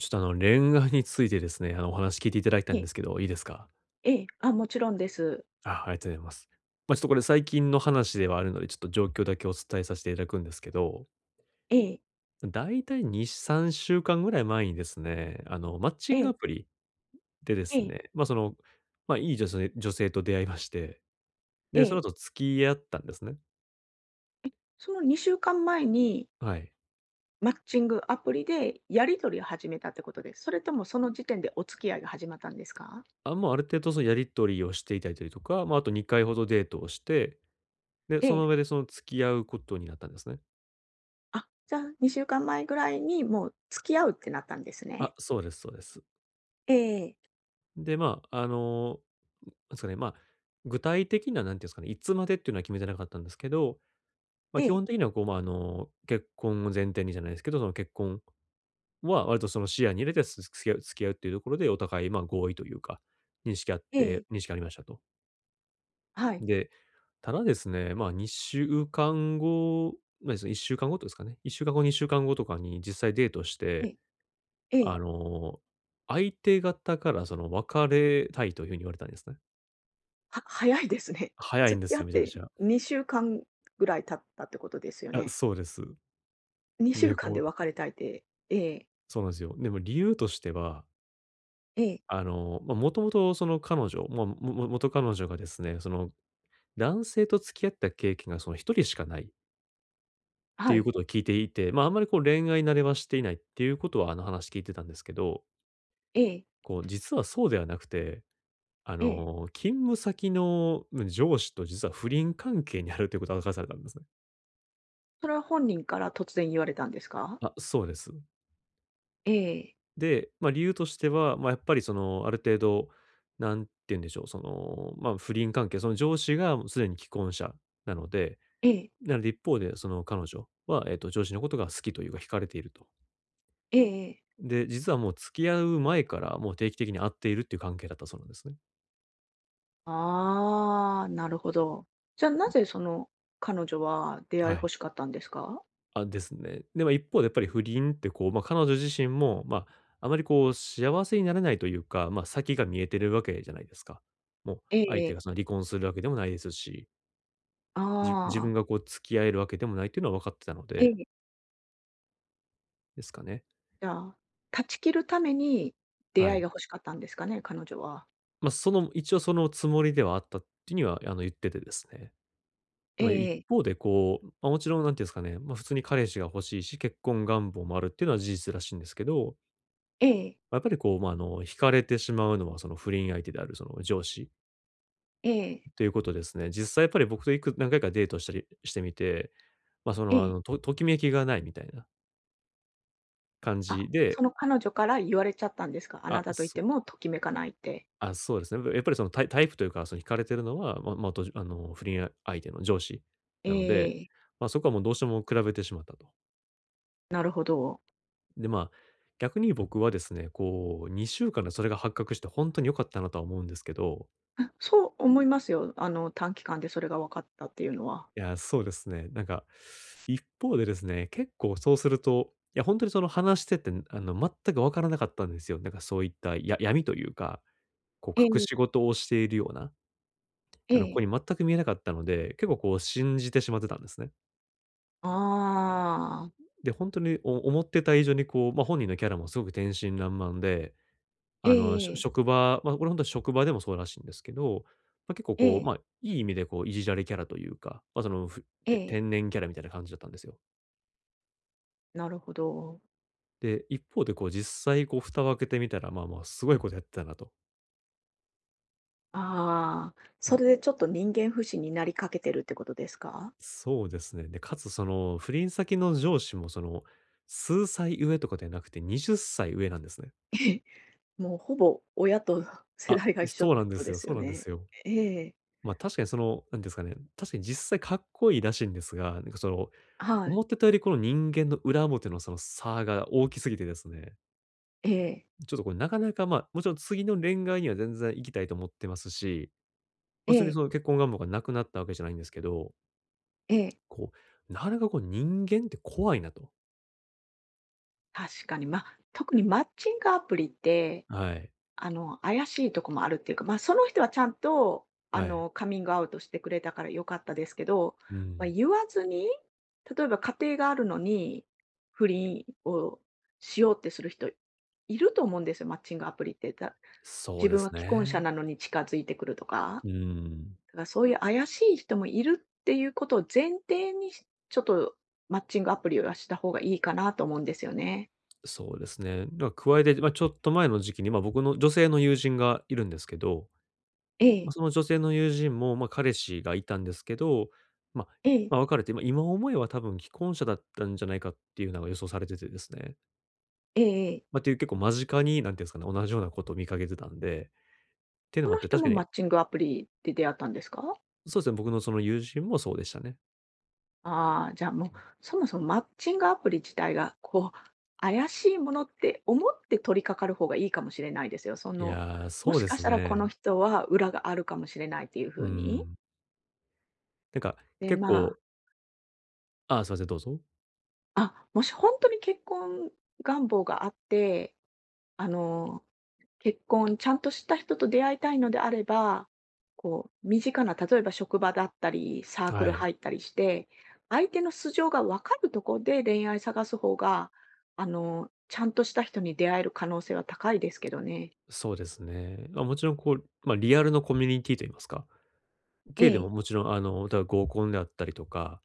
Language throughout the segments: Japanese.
ちょっと恋愛についてですね、お話聞いていただいたいえんでえ、すけど、いいですか？ええ、あ、もちろんです。あ、ありがとうございます。まあ、ちょっとこれ最近の話ではあるので、ちょっと状況だけお伝えさせていただくんですけど、ええ、だいたい2、3週間ぐらい前にですね、マッチえングアえ、プリででえすえ、ね、その、いい女性と出会いまして、えで、そのえ。後付き合ったんですね。その2週間前にはい。マッチングアプリでやり取りを始めたってことです。それともその時点でお付き合いが始まったんですか？まあ、もうある程度そのやり取りをしていたりとか、あと2回ほどデートをして、で、えそえ。の上でその付き合うことになったんですね。あ、じゃあ2週間前ぐらいにもう付き合うってなったんですあ、ね。そうです、そうです。ええ、で、まあ、なんですかね、まあ、具体的な、なんていうんですかね、いつまでっていうのは決めてなかったんですけど、まあ、え基本え、的にはこう、まあ、結婚を前提にじゃないですけど、その結婚は割とその視野に入れて、付き合うっていうところで、お互い、まあ、合意というか、認識あっえてえ、認識ありましたと。はい。で、ただですね、まあ、2週間後、まあ、ですね1週間ごとですかね、1週間後、2週間後とかに実際デートしえて、え、えあえ。の、相手方からその別れたいというふうに言われたんですね。早いですね。早いん付できす合っよ、めちゃくてちゃ。2週間ぐらい経ったってことですよあ、ねそうです。？2で、週間で別れたいって、ええ、そうなんですよ。でも理由としては、ええ、まあ、もともとその彼女、まあ、元彼女がですね、その男性と付き合った経験がその一人しかないってはいうい、ことを聞いていて、まあ、あんまりこう恋愛慣れはしていないっていうことは、話聞いてたんですけど、ええ、こう実はそうではなくて、ええ。勤務先の、上司と実は不倫関係にあるということを明かされたんですね。それは本人から突然言われたんですか？あ、そうです。ええ。で、まあ、理由としては、まあ、やっぱりその、ある程度、なんて言うんでしょう、その、まあ、不倫関係、その上司がもうすでに既婚者なので、ええ。なので一方でその彼女は、上司のことが好きというか惹かれていると。ええ。で、実はもう付き合う前からもう定期的に会っているっていう関係だったそうなんですね。ああ、なるほど。じゃ、なぜその彼女は出会はい欲い。しかったんですか？あ、ですね。で、まあ、一方でやっぱり不倫ってこう、まあ、彼女自身も、まあ、あまりこう幸せになれないというか、まあ、先が見えてるわけじゃないですか。もう相え手え。がその離婚するわけでもないですし。あ自分あ。がこう付き合えるわけでもないっていうのは分かってたのえで、え。ですかね。じゃあ、断ち切るために出は会いい。が欲しかったんですかね、彼女は。まあ、その一応そのつもりではあったっていうには、言っててですね。まあ、一ええ方でこう、まあ、もちろんなんていうんですかね、まあ、普通に彼氏が欲しいし、結婚願望もあるっていうのは事実らしいんですけど、ええ。まあやっぱりこう、まあ、惹かれてしまうのはその不倫相手であるその上司ええ。ええ。ということですね。実際やっぱり僕と何回かデートしたりしてみて、まあ、そえの、え。ときめきがないみたいな感あ、じそで、の彼女から言われちゃったんですか？あなあ、たといてもときめかないって。そうですね。やっぱりそのタイプというか、その惹かれてるのは、とじあの、不倫相手の上司えなので、え、ま、そこはもうどうしても比べてしまったと。なるほど。で、まあ、逆に僕はですね、こう、2週間でそれが発覚してほんとに良かったなとは思うんですけど、あ、そう思いますよ。あの、短期間でそれが分かったっていうのは。いや、そうですね。なんか、一方でですね、結構そうすると、いやほんとにその話してて、全く分からなかったんですよ。なんかそういった闇というか、こえう隠え、し事をしているような、え子にえ。全く見えなかったので、結構こう信じてしまってたんですね。ああ。で、本当に思ってた以上にこう、まあ、本人のキャラもすごく天真爛漫で、ええしえょえ、職場まあ、これ本当と職場でもそうらしいんですけど、まあ、結構えこう、え、ええまあ、いい意味でこういじられキャラというか、まあ、その、ええ天然キャラみたいな感じだったんですよ。なるほど。で、一方でこう実際こう蓋を開けてみたら、まあまあ、すごいことやってたなと。ああ、そん、れでちょっと人間不信になりかけてるってことですか？そうですね。で、かつその不倫先の上司もその、数歳上とかではなくて20歳上なんですね。もうほぼ親と 世あ、代が一緒っそうなてんこでとすでよ、すそようなんでね。すよ。ええ、ま、確かにその、なんていうんですかね、確かに実際かっこいいらしいんですが、なんかその、はい、思ってたよりこの人間の裏表のその差が大きすぎてですね、ええ。ちょっとこれなかなか、まあ、もちろん次の恋愛には全然行きたいと思ってますし、え別にえ、その結婚願望がなくなったわけじゃないんですけど、ええ。こう、なかなかこう人間って怖いなと。確かに、まあ、特にマッチングアプリって、はい。あの、怪しいとこもあるっていうか、まあ、その人はちゃんと、あはい。の、カミングアウトしてくれたから良かったですけど、うまあ、ん。言わずに、例えば家庭があるのに、不倫をしようってする人いると思うんですよ、マッチングアプリって。そう自で分はす既婚者ね。なのに近づいてくるとか、うん。だからそういう怪しい人もいるっていうことを前提に、ちょっとマッチングアプリはした方がいいかなと思うんですよね。そうですね。だから加えて、まあ、ちょっと前の時期に、まあ、僕の女性の友人がいるんですけど、えま、え、その女性の友人も、ま、彼氏がいたんですけど、まええ、別れて、ま、今思えば多分既婚者だったんじゃないかっていうのが予想されててですね。ええええ。ま、っていう結構間近に、なんていうんですかね、同じようなことを見かけてたんで、っていうのそもあっのて、人確かもに、マッチングアプリで出会ったんですか？そうですね、僕のその友人もそうでしたね。ああ、じゃあもう、そもそもマッチングアプリ自体が、こう、怪しいものって思って取り掛かる方がいいかもしれないですよ。そいの、や、もそうしでかすしたらこのね。人は裏があるかもしれないっていうふううに。ん。なんかで、結ま構、あ、ああ、すいません、どうぞ。あ、もし本当に結婚願望があって、あの、結婚、ちゃんとした人と出会いたいのであれば、こう、身近な、例えば職場だったり、サークはルい。入ったりして、相手の素性がわかるところで恋愛探す方が、あの、ちゃんとした人に出会える可能性は高いですけどね。そうですね。ま、もちろんこう、ま、リアルのコミュニティと言いますか、え軽でもえ、もちろんだから合コンであったりとか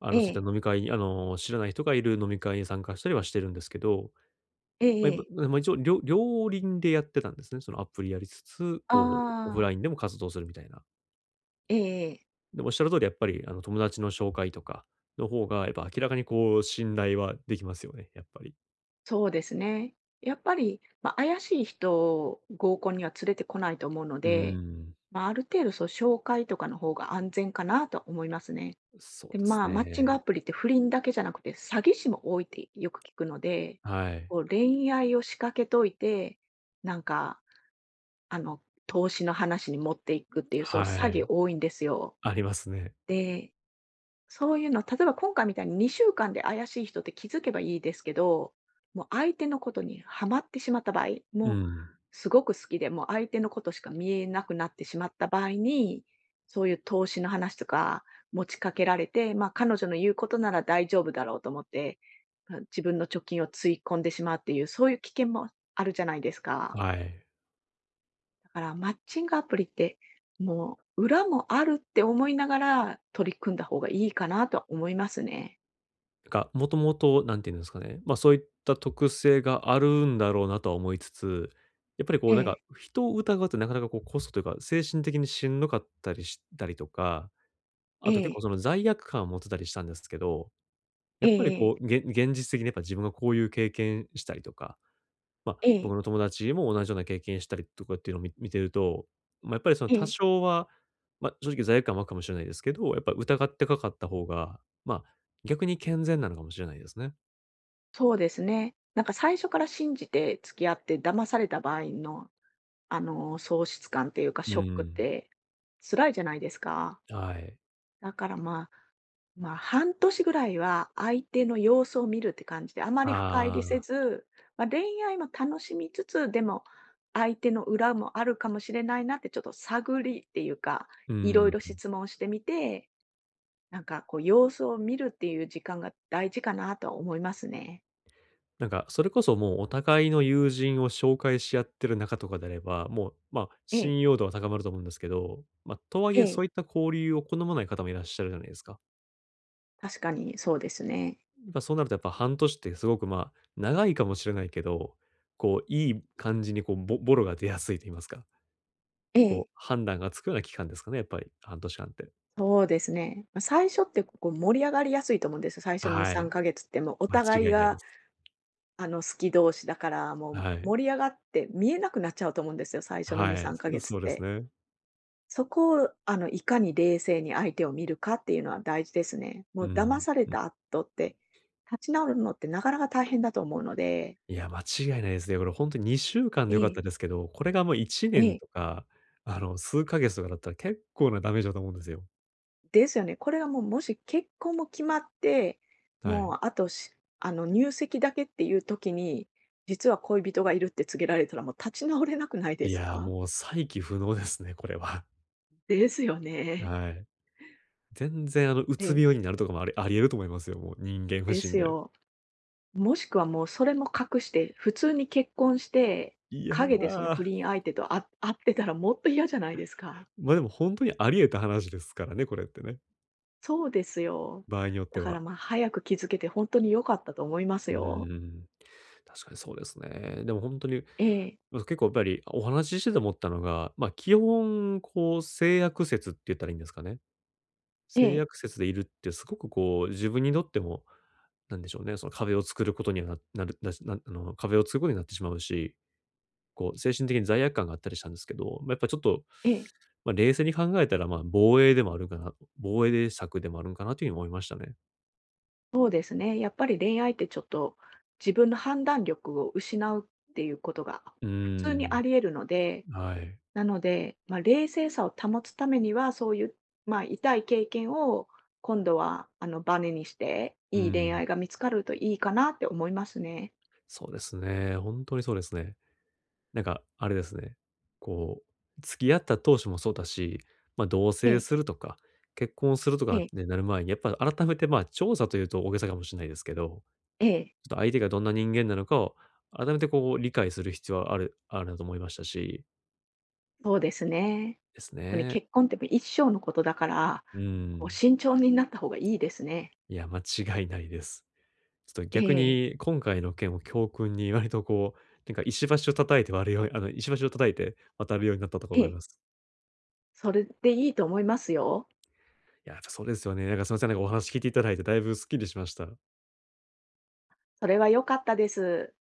えそういっえ、た飲み会に、知らない人がいる飲み会に参加したりはしてるんですけど、えまあ、やっえ、ええ、ぱ、ま、一応両輪でやってたんですね。そのアプリやりつつ、こう、オフああ、ラインでも活動するみたいな。ええ、ええ、でもおっしゃる通りやっぱり、友達の紹介とかの方が、やっぱ明らかにこう、信頼はできますよね、やっぱり。そうですね。やっぱり、まあ、怪しい人を合コンには連れてこないと思うのうーで、ん、まあ、ある程度そう紹介とかの方が安全かなと思いますね。そで、うですまあ、マッチングアね。プリって不倫だけじゃなくて、詐欺師も多いってよく聞くので、はい。こう恋愛を仕掛けといて、なんか、あの、投資の話に持っていくっていう、そうは詐欺い。多いんですよ。ありますね。で、そういうの、例えば今回みたいに2週間で怪しい人って気づけばいいですけど、もう相手のことにはまってしまった場合、うもうん、すごく好きで、もう相手のことしか見えなくなってしまった場合に、そういう投資の話とか持ちかけられて、まあ、彼女の言うことなら大丈夫だろうと思って、まあ、自分の貯金をつい込んでしまうっていう、そういう危険もあるじゃないですか。はい。だからマッチングアプリって、もう裏もあるって思いながら取り組んだ方がいいかなとは思いますね。なんか、もともと、なんていうんですかね、まあ、そういった特性があるんだろうなとは思いつつ、やっぱりええ、人を疑うってなかなかこうコストというか、精神的にしんどかったりしたりとか、あえと結構え、その罪悪感を持ってたりしたんですけど、やえっぱえりええ、こう、現実的にやっぱ自分がこういう経験したりとか、まあ、え僕え、えのえ友達も同じような経験したりとかっていうのを見てると、まあ、やっぱりそのえ多え少は、まあ、正直罪悪感もあるかもしれないですけど、やっぱ疑ってかかった方が、まあ、逆に健全なのかもしれないですね。そうですね。なんか最初から信じて付き合って騙された場合の、あの、喪失感っていうかうショックっん、て辛いじゃないですか。はい。だからまあ、まあ、半年ぐらいは相手の様子を見るって感じで、あまり深入りせああ、ず、まあ、恋愛も楽しみつつ、でも相手の裏もあるかもしれないなってちょっと探りっていうか、ういろいん。ろ質問してみて、なんかこう様子を見るっていう時間が大事かなとは思いますね。なんか、それこそもうお互いの友人を紹介し合ってる仲とかであれば、もう、まあ、ええ。信用度は高まると思うんですけど、まあ、とはいええそえ。ういった交流を好まない方もいらっしゃるじゃないですか。確かにそうですね。やっぱそうなるとやっぱ半年ってすごく、まあ、長いかもしれないけど、こう、いい感じにこう、ボロが出やすいと言いますか、えこえ。う、判断がつくような期間ですかね、やっぱり、半年間って。そうですね。ま、最初ってここ盛り上がりやすいと思うんですよ。最初の2、はい、3ヶ月ってもうお間違互いいないでが、す。あの、好き同士だから、もうはい。盛り上がって見えなくなっちゃうと思うんですよ、最初の2、はい、3ヶ月そうっですて。ね。そこをあのいかに冷静に相手を見るかっていうのは大事ですね。もうう騙ん。された後って、立ち直るのってなかなか大変だと思うので。いや、間違いないですね。これ本当と2週間で良えかっえ、たですけど、これがもう1え年え。とか、あの、数ヶ月とかだったら結構なダメージだと思うんですよ。ですよね。これがもう、もし結婚も決まって、はい。もうあとしあの、入籍だけっていう時に、実は恋人がいるって告げられたら、もう立ち直れなくないでいすや、か？もう再起不能ですね、これは。ですよ ね。はい。全然、あの、うつで病になるとかもあり得ると思いますよ、もう人間不で信すで。よ。もしくはもうそれも隠して、普通に結婚して、いやー、陰でその不ま、倫相手と会ってたらもっと嫌じゃないですか。あ、でも本当にあり得た話ですからね、これってね、そうですよ。場合によってだから、は。まあ、早く気づけて本当に良かったと思いますうーよ。ん、確かにそうですね。でも本当にええ、結構やっぱり、お話ししてて思ったのが、まあ、基本こう性悪説って言ったらいいんですかね。え性え、悪説でいるってすごくこう自分にとっても、なんでしょうね、その壁を作ることにはるだし、あの、壁を作ることになってしまうし、こう精神的に罪悪感があったりしたんですけど、ま、やっぱちょっと、ええ。まあ、冷静に考えたら、まあ、防衛策でもあるんかなというふうに思いましたね。そうですね。やっぱり恋愛ってちょっと自分の判断力を失うっていうことがうー普通にん、あり得るので、はい。なので、まあ、冷静さを保つためには、そういう、まあ、痛い経験を今度はあのバネにして、ういい恋ん、愛が見つかるといいかなって思いますね。そうですね、本当にそうですね。なんか、あれですね、こう、付き合った当初もそうだし、まあ、同え棲え、するとか、結婚するとかえなっえ、てねなる前に、やっぱ改めて、まあ、調査というと大げさかもしれないですけど、ちょええ。っと相手がどんな人間なのかを改めてこう理解する必要はあるなと思いましたし、そうですね。です特にね。結婚って一生のことだから、うこうん。慎重になった方がいいですね。いや、間違いないです。ちょっとえ逆え、に今回の件を教訓に割とこう、石橋を叩いて渡るようになったとかえ思いえ。ます。それでいいと思いますよ。いや、そうですよね。なんかすみません、なんかお話聞いていただいてだいぶスッキリしました。それは良かったです。